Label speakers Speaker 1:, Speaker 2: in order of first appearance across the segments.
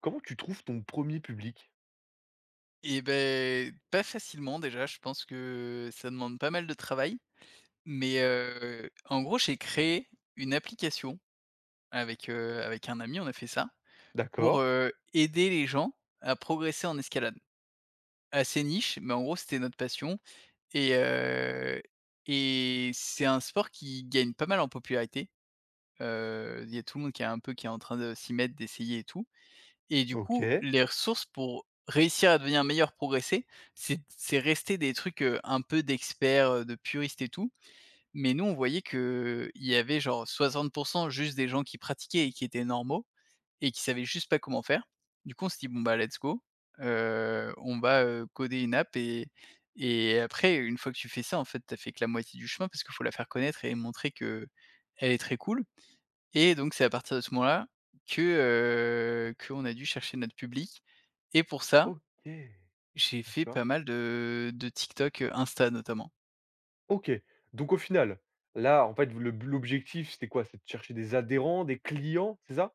Speaker 1: Comment tu trouves ton premier public?
Speaker 2: Et ben pas facilement déjà, je pense que ça demande pas mal de travail, mais en gros, j'ai créé une application avec un ami, on a fait ça,
Speaker 1: D'accord,
Speaker 2: aider les gens à progresser en escalade. Assez niche, mais en gros, c'était notre passion et heu et c'est un sport qui gagne pas mal en popularité. Il y a tout le monde qui est en train de s'y mettre, d'essayer et tout. Et du coup,
Speaker 1: OK,
Speaker 2: les ressources pour réussir à devenir meilleur, progresser, c'est resté des trucs, un peu d'experts, de puristes et tout. Mais nous, on voyait que il y avait genre 60 juste des gens qui pratiquaient et qui étaient normaux et qui savaient juste pas comment faire. Du coup, on s'est dit: «Bon, bah, let's go, on va coder une app» et après, une fois que tu fais ça, en fait, t'as fait que la moitié du chemin parce qu'il faut la faire connaître et montrer que elle est très cool. Et donc c'est à partir de ce moment-là que, qu'on a dû chercher notre public et pour ça,
Speaker 1: OK,
Speaker 2: j'ai fait
Speaker 1: d'accord,
Speaker 2: pas mal de TikTok, Insta notamment.
Speaker 1: OK. Donc au final, là, en fait, le l'objectif, c'était quoi? C'est de chercher des adhérents, des clients, c'est ça?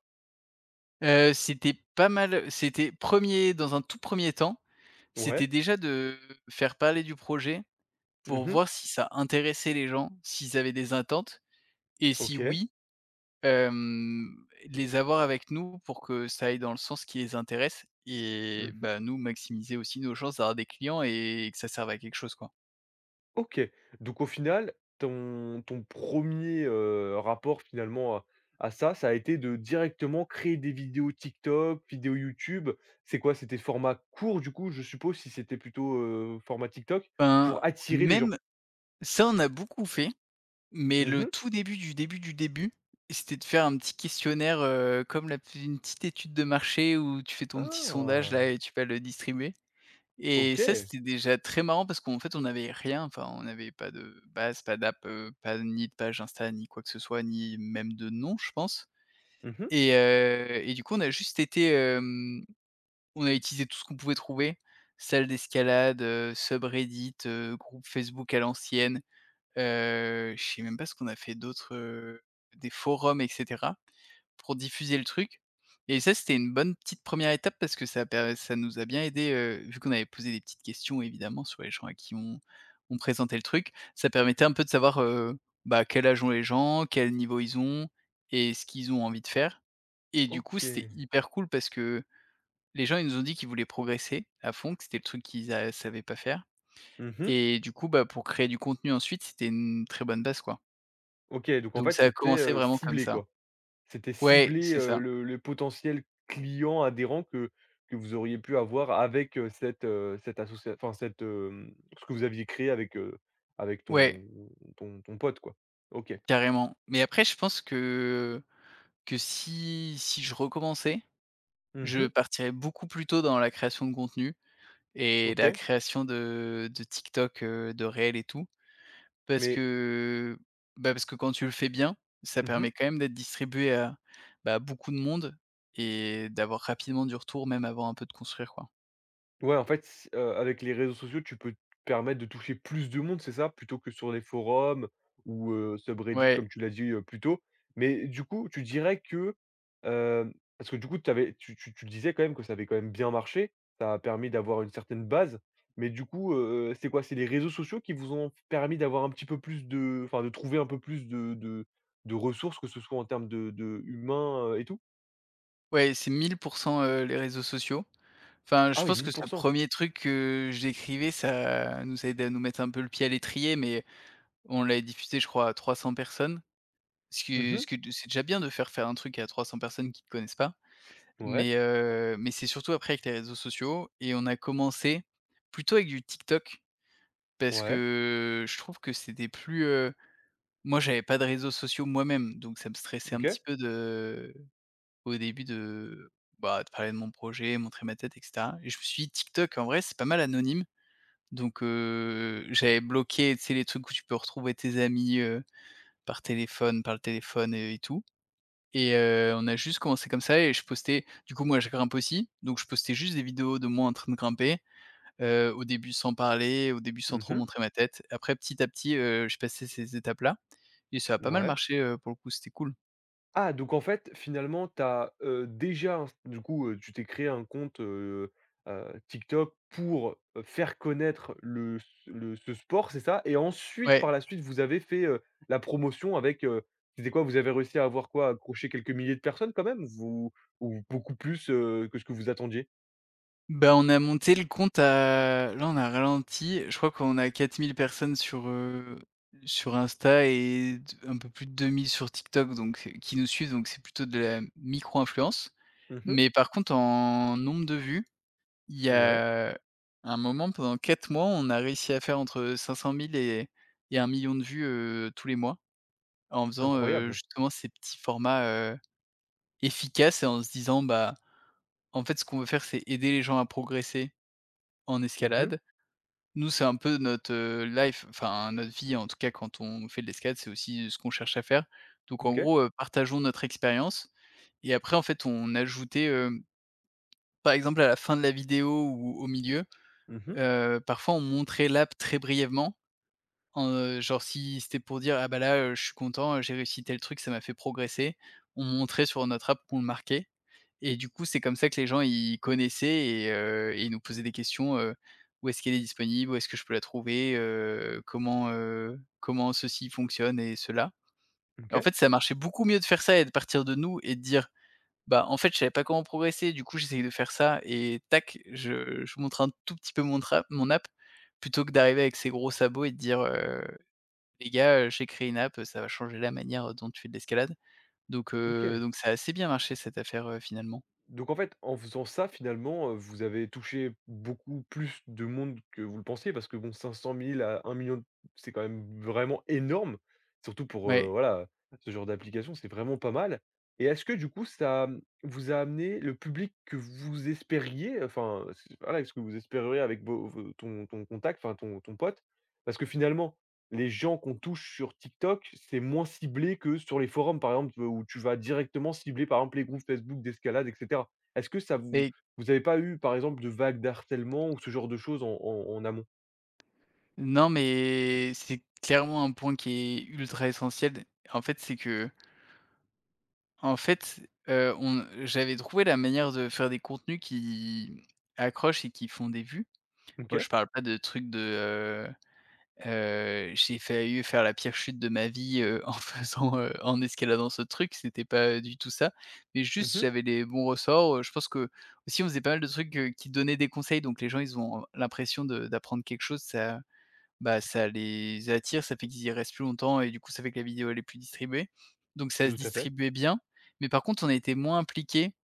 Speaker 2: C'était pas mal c'était premier dans un tout premier temps, c'était
Speaker 1: Ouais.
Speaker 2: déjà de faire parler du projet pour
Speaker 1: Mmh.
Speaker 2: voir si ça intéressait les gens, s'ils avaient des attentes et si
Speaker 1: OK.
Speaker 2: oui, les avoir avec nous pour que ça aille dans le sens qui les intéresse et
Speaker 1: Mmh.
Speaker 2: bah, nous maximiser aussi nos chances d'avoir des clients et que ça serve à quelque chose, quoi.
Speaker 1: OK. Donc au final, ton premier er rapport finalement à ça, ça a été de directement créer des vidéos TikTok, vidéos YouTube. C'est quoi? C'était format court du coup, je suppose, si c'était plutôt, format TikTok, pour
Speaker 2: Ben,
Speaker 1: attirer les gens?
Speaker 2: même ça, on a beaucoup fait, mais le
Speaker 1: Mmh.
Speaker 2: tout début du début du début, c'était de faire un petit questionnaire, comme la p une petite étude de marché où tu fais ton petit sondage
Speaker 1: Ah!
Speaker 2: là et tu vas le distribuer et ça,
Speaker 1: OK.
Speaker 2: c'était déjà très marrant parce qu'en fait, on n'avait rien, enfin, on n'avait pas de base, pas d'app, pas ni de page Insta, ni quoi que ce soit, ni même de nom, je pense
Speaker 1: Mmh.
Speaker 2: et du coup, on a juste on a utilisé tout ce qu'on pouvait trouver, salle d'escalade, subreddit, groupe Facebook à l'ancienne. Je sais même pas ce qu'on a fait d'autres, des forums et cetera, pour diffuser le truc et ça, c'était une bonne petite première étape parce que ça nous a bien aidé, vu qu'on avait posé des petites questions évidemment sur les gens à qui on présentait le truc. Ça permettait un peu de savoir, quel âge ont les gens, quel niveau ils ont et ce qu'ils ont envie de faire et du coup, c'était
Speaker 1: OK.
Speaker 2: hyper cool parce que les gens, ils nous ont dit qu'ils voulaient progresser à fond, que c'était le truc qu'ils a savaient pas faire
Speaker 1: Mmh.
Speaker 2: et du coup, bah, pour créer du contenu ensuite, c'était une très bonne base, quoi.
Speaker 1: OK, donc en
Speaker 2: Donc
Speaker 1: fait,
Speaker 2: ça a
Speaker 1: c'était,
Speaker 2: commencé vraiment comme
Speaker 1: ciblé,
Speaker 2: ça.
Speaker 1: quoi. C'était
Speaker 2: Ouais,
Speaker 1: ciblé,
Speaker 2: c'est ça.
Speaker 1: le potentiel client adhérent que vous auriez pu avoir avec, cette, cette associa enfin cette, hem, ce que vous aviez créé avec, avec
Speaker 2: Ouais,
Speaker 1: ton pote, quoi. OK.
Speaker 2: carrément. Mais après je pense que si je recommençais, je
Speaker 1: Mmh.
Speaker 2: partirais beaucoup plus tôt dans la création de contenu et la
Speaker 1: OK.
Speaker 2: création de TikTok, de réels et tout. Parce
Speaker 1: Mais,
Speaker 2: que, bah, parce que quand tu le fais bien, ça permet
Speaker 1: mmh.
Speaker 2: quand même d'être distribué à, bah, beaucoup de monde et d'avoir rapidement du retour même avant un peu de construire quoi.
Speaker 1: Ouais, en fait, c avec les réseaux sociaux, tu peux te permettre de toucher plus de monde, c'est ça? Plutôt que sur les forums ou, subreddit comme
Speaker 2: Ouais,
Speaker 1: tu l'as dit, plus tôt. Mais du coup, tu dirais que, hem, parce que du coup, tu avais tu tu tu disais quand même que ça avait quand même bien marché. Ça a permis d'avoir une certaine base. Mais du coup, c'est quoi? C'est les réseaux sociaux qui vous ont permis d'avoir un petit peu plus de enfin, de trouver un peu plus de de ressources, que ce soit en termes de humains, et tout?
Speaker 2: ouais, c'est 1000 les réseaux sociaux. Enfin, je
Speaker 1: Ah oui,
Speaker 2: pense que
Speaker 1: 1000.
Speaker 2: ce premier truc que j'écrivais, ça nous a aidé à nous mettre un peu le pied à l'étrier, mais on l'a diffusé, je crois, à 300 personnes. Ce
Speaker 1: Mmh
Speaker 2: que
Speaker 1: mh.
Speaker 2: ce que c'est déjà bien de faire un truc à 300 personnes qui ne connaissent pas,
Speaker 1: Ouais,
Speaker 2: mais c'est surtout après avec les réseaux sociaux et on a commencé plutôt avec du TikTok parce
Speaker 1: ouais,
Speaker 2: que je trouve que c'était moi, j'avais pas de réseaux sociaux moi-même, donc ça me stressait un
Speaker 1: OK.
Speaker 2: petit peu de au début de, bah, de parler de mon projet, montrer ma tête et cetera et je me suis dit: «TikTok, en vrai, c'est pas mal anonyme». Donc, j'avais bloqué, tu sais, les trucs où tu peux retrouver tes amis, par le téléphone et tout et on a juste commencé comme ça et je postais du coup, moi, je grimpe aussi, donc je postais juste des vidéos de moi en train de grimper, au début sans parler, au début sans trop
Speaker 1: Mmh.
Speaker 2: montrer ma tête. Après, petit à petit, je passais ces étapes-là et ça a pas mal
Speaker 1: Ouais.
Speaker 2: marché, pour le coup, c'était cool.
Speaker 1: Ah donc en fait, finalement, tu as, déjà un du coup, tu t'es créé un compte, TikTok pour, faire connaître le s le ce sport, c'est ça? Et ensuite, par
Speaker 2: Ouais.
Speaker 1: la suite, vous avez fait, la promotion avec, c'était quoi? Vous avez réussi à avoir quoi? Accrocher quelques milliers de personnes quand même? Vous ou beaucoup plus, que ce que vous attendiez?
Speaker 2: Bah, on a monté le compte à là, on a ralenti. Je crois qu'on a 4000 personnes sur Insta et d un peu plus de 2000 sur TikTok, donc qui nous suivent, donc c'est plutôt de la micro-influence.
Speaker 1: Mmh.
Speaker 2: Mais par contre, en nombre de vues, il y
Speaker 1: Ouais,
Speaker 2: a un moment, pendant 4 mois, on a réussi à faire entre 500 000 et 1 million de vues, tous les mois, en faisant,
Speaker 1: incroyable.
Speaker 2: justement ces petits formats, heu, efficaces et en se disant: «Bah, en fait, ce qu'on veut faire, c'est aider les gens à progresser en
Speaker 1: Mmh.
Speaker 2: escalade». Nous, c'est un peu notre life, enfin notre vie, en tout cas quand on fait de l'escalade, c'est aussi ce qu'on cherche à faire. Donc en
Speaker 1: OK.
Speaker 2: gros, partageons notre expérience et après en fait on ajoutait, par exemple à la fin de la vidéo ou au milieu,
Speaker 1: Mmh.
Speaker 2: parfois on montrait l'app très brièvement, genre si c'était pour dire: «Ah bah là, je suis content, j'ai réussi tel truc, ça m'a fait progresser». On montrait sur notre app qu'on le marquait et du coup, c'est comme ça que les gens, ils connaissaient et ils nous posaient des questions, «Où est-ce qu'elle est disponible? Où est-ce que je peux la trouver? Comment ceci fonctionne et cela?» Et en
Speaker 1: OK.
Speaker 2: fait, ça marchait beaucoup mieux de faire ça et de partir de nous et de dire: «Bah, en fait, je savais pas comment progresser, du coup, j'essaye de faire ça et tac, je montre un tout petit peu mon app», plutôt que d'arriver avec ses gros sabots et de dire: les gars, j'ai créé une app, ça va changer la manière dont tu fais de l'escalade». Donc heu,
Speaker 1: OK.
Speaker 2: donc ça a assez bien marché cette affaire, finalement.
Speaker 1: Donc en fait, en faisant ça, finalement, vous avez touché beaucoup plus de monde que vous le pensiez parce que bon, 500 000 à 1 million, c'est quand même vraiment énorme, surtout pour,
Speaker 2: Ouais
Speaker 1: voilà, ce genre d'application, c'est vraiment pas mal. Et est-ce que du coup ça, vous a amené le public que vous espériez? Enfin, c voilà, est-ce que vous espériez avec vos ton contact, enfin ton pote? Parce que finalement, les gens qu'on touche sur TikTok, c'est moins ciblé que sur les forums, par exemple, où tu vas directement cibler, par exemple, les groupes Facebook d'escalade, et cetera. Est-ce que ça vous
Speaker 2: et
Speaker 1: vous n'avez pas eu, par exemple, de vagues d'harcèlement ou ce genre de choses en amont?
Speaker 2: Non, mais c'est clairement un point qui est ultra essentiel. En fait, c'est que, en fait, on j'avais trouvé la manière de faire des contenus qui accrochent et qui font des vues. Moi,
Speaker 1: OK.
Speaker 2: je parle pas de trucs de, j'ai failli faire la pire chute de ma vie, en faisant, en escaladant ce truc, c'était pas du tout ça. Mais juste,
Speaker 1: Mmh.
Speaker 2: j'avais les bons ressorts, je pense que aussi on faisait pas mal de trucs, qui donnaient des conseils, donc les gens ils ont l'impression de d'apprendre quelque chose, ça bah, ça les attire, ça fait qu'ils y restent plus longtemps et du coup, ça fait que la vidéo, elle est plus distribuée. Donc ça se
Speaker 1: Tout à fait.
Speaker 2: distribuait bien, mais par contre, on a été moins impliqués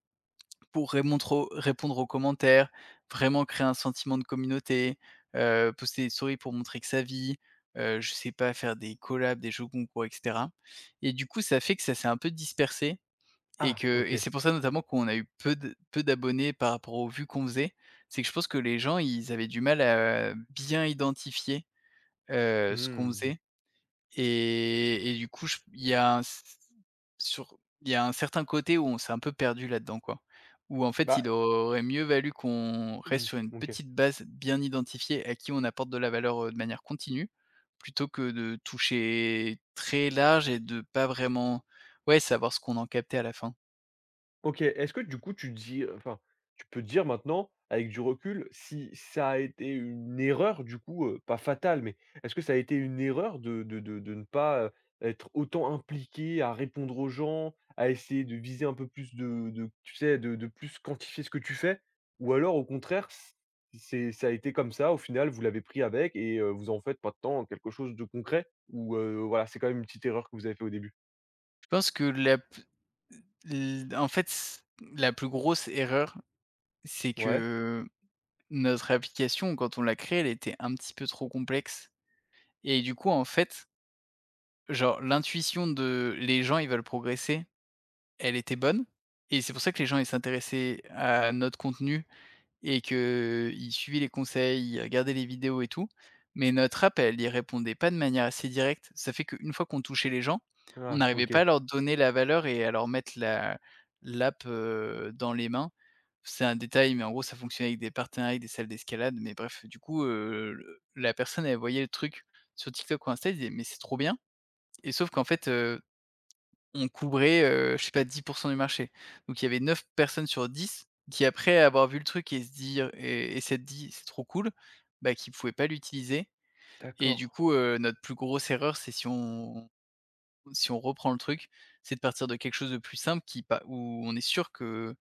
Speaker 2: pour rémontre aux répondre aux commentaires, vraiment créer un sentiment de communauté, poster des stories pour montrer que ça vit, je sais pas, faire des collabs, des jeux concours et cetera et du coup, ça fait que ça s'est un peu dispersé et
Speaker 1: Ah,
Speaker 2: que et
Speaker 1: OK.
Speaker 2: c'est pour ça notamment qu'on a eu peu d'abonnés par rapport aux vues qu'on faisait. C'est que je pense que les gens, ils avaient du mal à bien identifier ce qu'on
Speaker 1: Mmh.
Speaker 2: faisait et du coup, je il y a un c sur il y a un certain côté où on s'est un peu perdu là-dedans, quoi. Où en fait,
Speaker 1: Bah,
Speaker 2: il aurait mieux valu qu'on reste
Speaker 1: mmh,
Speaker 2: sur une
Speaker 1: OK.
Speaker 2: petite base bien identifiée, à qui on apporte de la valeur, de manière continue, plutôt que de toucher très large et de pas vraiment ouais, savoir ce qu'on en captait à la fin.
Speaker 1: OK, est-ce que du coup enfin, tu peux dire maintenant avec du recul si ça a été une erreur du coup, pas fatale, mais est-ce que ça a été une erreur de ne pas, être autant impliqué, à répondre aux gens, à essayer de viser un peu plus de tu sais, de plus quantifier ce que tu fais? Ou alors au contraire, c c'est ça a été comme ça, au final vous l'avez pris avec et vous en faites maintenant quelque chose de concret? Ou voilà, c'est quand même une petite erreur que vous avez fait au début?
Speaker 2: Je pense que la p l en fait, c La plus grosse erreur, c'est
Speaker 1: Ouais.
Speaker 2: que notre application, quand on l'a créée, elle était un petit peu trop complexe et du coup, en fait, genre l'intuition de les gens, ils veulent progresser, elle était bonne et c'est pour ça que les gens, ils s'intéressaient à notre contenu et que qu'il suivait les conseils, il regardait les vidéos et tout, mais notre appel, elle y répondait pas de manière assez directe. Ça fait qu'une fois qu'on touchait les gens, on
Speaker 1: Ah
Speaker 2: n'arrivait pas
Speaker 1: OK,
Speaker 2: à leur donner la valeur et à leur mettre la l'app, dans les mains. C'est un détail, mais en gros, ça fonctionnait avec des partenariats, avec des salles d'escalade, mais bref, du coup, le la personne, elle voyait le truc sur TikTok ou Insta, elle disait: «Mais c'est trop bien», et sauf qu'en fait, on couvrait, je sais pas 10 % du marché. Donc il y avait 9 personnes sur 10 qui après avoir vu le truc et se dire et s'être dit: «C'est trop cool», bah, qui pouvaient pas l'utiliser. Et du
Speaker 1: d'accord.
Speaker 2: coup, notre plus grosse erreur, c'est si on, si on reprend le truc, c'est de partir de quelque chose de plus simple qui pa où on est sûr que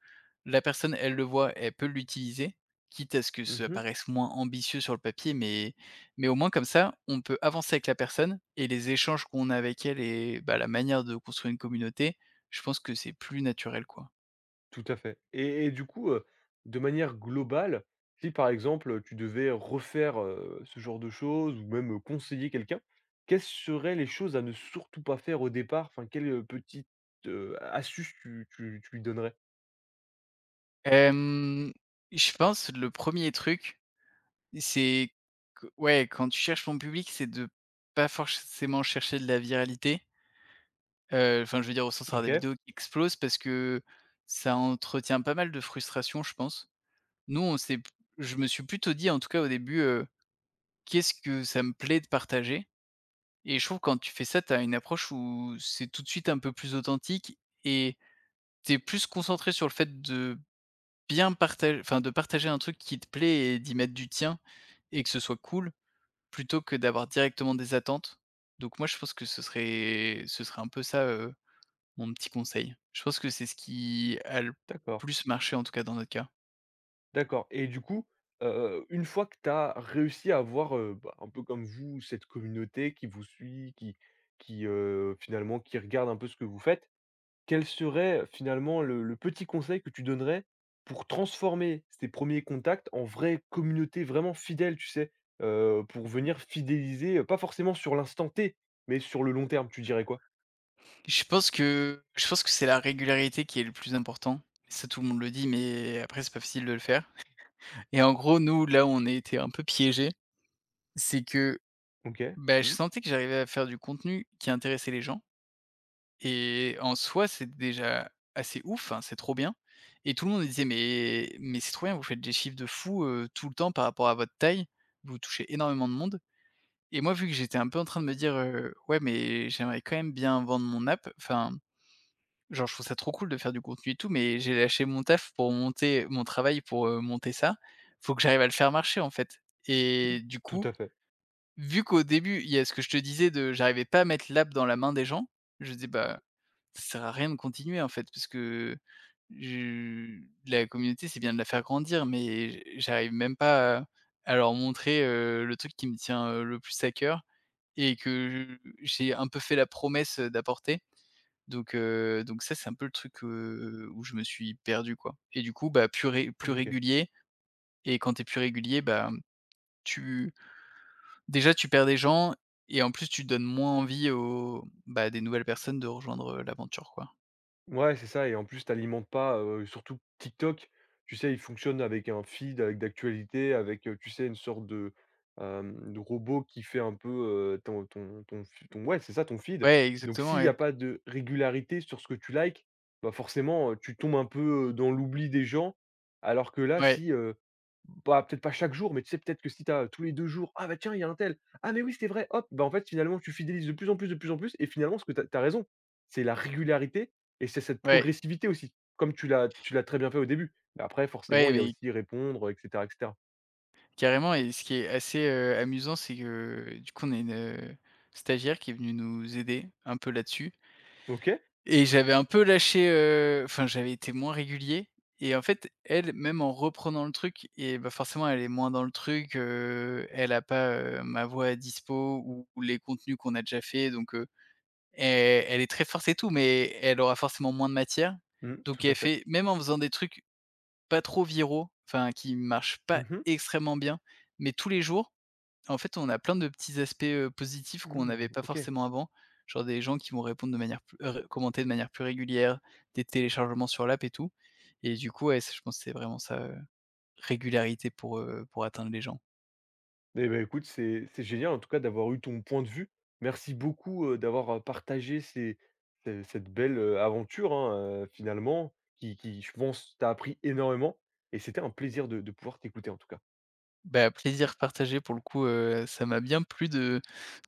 Speaker 2: la personne, elle le voit, elle peut l'utiliser, quitte à ce que ça
Speaker 1: Mmh.
Speaker 2: paraisse moins ambitieux sur le papier, mais au moins comme ça, on peut avancer avec la personne et les échanges qu'on a avec elle, et bah, la manière de construire une communauté, je pense que c'est plus naturel, quoi.
Speaker 1: Tout à fait, et du coup, de manière globale, si par exemple, tu devais refaire, ce genre de choses ou même, conseiller quelqu'un, quelles seraient les choses à ne surtout pas faire au départ? Enfin, quelle, petite, astuce tu lui donnerais?
Speaker 2: Hem, je pense le premier truc, c'est q ouais, quand tu cherches ton public, c'est de pas forcément chercher de la viralité. Enfin, je veux dire au sens, avoir des
Speaker 1: OK,
Speaker 2: vidéos qui explosent, parce que ça entretient pas mal de frustration, je pense. Nous, on s'est je me suis plutôt dit, en tout cas au début, «Qu'est-ce que ça me plaît de partager?» Et je trouve que quand tu fais ça, tu as une approche où c'est tout de suite un peu plus authentique, et tu es plus concentré sur le fait de bien partager, enfin, de partager un truc qui te plaît et d'y mettre du tien et que ce soit cool, plutôt que d'avoir directement des attentes. Donc moi, je pense que ce serait un peu ça, mon petit conseil. Je pense que c'est ce qui a le
Speaker 1: d'accord,
Speaker 2: plus marché, en tout cas dans notre cas.
Speaker 1: d'accord et du coup, une fois que tu as réussi à avoir, bah, un peu comme vous, cette communauté qui vous suit, qui finalement qui regarde un peu ce que vous faites, quel serait finalement le petit conseil que tu donnerais pour transformer ces premiers contacts en vraie communauté vraiment fidèle, tu sais? Pour venir fidéliser, pas forcément sur l'instant T, mais sur le long terme, tu dirais quoi?
Speaker 2: Je pense que c'est la régularité qui est le plus important. Ça, tout le monde le dit, mais après, c'est pas facile de le faire, et en gros, nous, là, on a été un peu piégés. C'est que
Speaker 1: OK.
Speaker 2: beh, je
Speaker 1: Mmh
Speaker 2: sentais que j'arrivais à faire du contenu qui intéressait les gens, et en soi, c'est déjà assez ouf, enfin, c'est trop bien, et tout le monde me disait: «Mais c'est trop bien, vous faites des chiffres de fou, tout le temps, par rapport à votre taille, vous touchez énormément de monde». Et moi, vu que j'étais un peu en train de me dire, «Ouais, mais j'aimerais quand même bien vendre mon app», enfin, genre, je trouve ça trop cool de faire du contenu et tout, mais j'ai lâché mon taf pour monter mon travail pour, monter ça. Faut que j'arrive à le faire marcher, en fait.
Speaker 1: mh.
Speaker 2: Et du
Speaker 1: Tout
Speaker 2: coup,
Speaker 1: à fait.
Speaker 2: vu qu'au début, il y a ce que je te disais, de j'arrivais pas à mettre l'app dans la main des gens, je dis: «Bah, ça sert à rien de continuer, en fait», parce que je la communauté, c'est bien de la faire grandir, mais j'arrive même pas à leur montrer, le truc qui me tient, le plus à cœur et que j'ai un peu fait la promesse d'apporter. Donc donc ça, c'est un peu le truc, où je me suis perdu, quoi. Et du coup, bah, plus
Speaker 1: Mmh, OK.
Speaker 2: régulier. Et quand t'es plus régulier, bah, tu déjà, tu perds des gens, et en plus, tu donnes moins envie aux bah, des nouvelles personnes de rejoindre, l'aventure, quoi.
Speaker 1: Ouais, c'est ça et en plus t'alimentes pas, surtout TikTok, tu sais, il fonctionne avec un feed, avec d'actualité, avec, tu sais, une sorte de, de robot qui fait un peu, ton ton ton f ton ouais, c'est ça, ton feed.
Speaker 2: Ouais,
Speaker 1: Donc
Speaker 2: exactement,
Speaker 1: s'il y a
Speaker 2: ouais.
Speaker 1: pas de régularité sur ce que tu likes, bah, forcément, tu tombes un peu, dans l'oubli des gens. Alors que là,
Speaker 2: Ouais,
Speaker 1: si, bah, peut-être pas chaque jour, mais tu sais, peut-être que si tu as tous les 2 jours: «Ah bah tiens, il y a un tel. Ah mais oui, c'était vrai, hop!» bah, en fait, finalement, tu fidélises de plus en plus, de plus en plus et finalement, ce que tu as raison, c'est la régularité et c'est cette
Speaker 2: ouais,
Speaker 1: progressivité aussi, comme tu l'as très bien fait au début. Mais après forcément,
Speaker 2: ouais,
Speaker 1: il y a
Speaker 2: mais
Speaker 1: aussi répondre, et cetera, et cetera.
Speaker 2: carrément. Et ce qui est assez amusant, c'est que, du coup, on a une, stagiaire qui est venue nous aider un peu là-dessus,
Speaker 1: OK.
Speaker 2: et j'avais un peu lâché, enfin, j'avais été moins régulier. Et en fait, elle, même en reprenant le truc et bah, forcément, elle est moins dans le truc, elle a pas, ma voix à dispo ou les contenus qu'on a déjà fait. Donc Et elle est très forte et tout, mais elle aura forcément moins de matière.
Speaker 1: Mmh, tout
Speaker 2: Donc
Speaker 1: à
Speaker 2: elle
Speaker 1: fait.
Speaker 2: fait, même en faisant des trucs pas trop viraux, enfin qui marchent pas
Speaker 1: Mmh mh.
Speaker 2: extrêmement bien, mais tous les jours, en fait, on a plein de petits aspects, positifs qu'on n'avait
Speaker 1: Mmh,
Speaker 2: pas
Speaker 1: OK.
Speaker 2: forcément avant. Genre des gens qui vont répondre de manière plus commenter de manière plus régulière, des téléchargements sur l'app et tout. Et du coup, ouais, c'est, je pense que c'est vraiment ça, régularité pour atteindre les gens.
Speaker 1: Et ben écoute, c'est génial en tout cas d'avoir eu ton point de vue. Merci beaucoup, d'avoir, partagé ces ce cette belle, aventure, hein, finalement qui je pense t'a appris énormément et c'était un plaisir de pouvoir t'écouter en tout cas.
Speaker 2: Bah, plaisir partagé pour le coup, ça m'a bien plu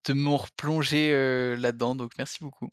Speaker 2: de m'en replonger, là-dedans, donc merci beaucoup.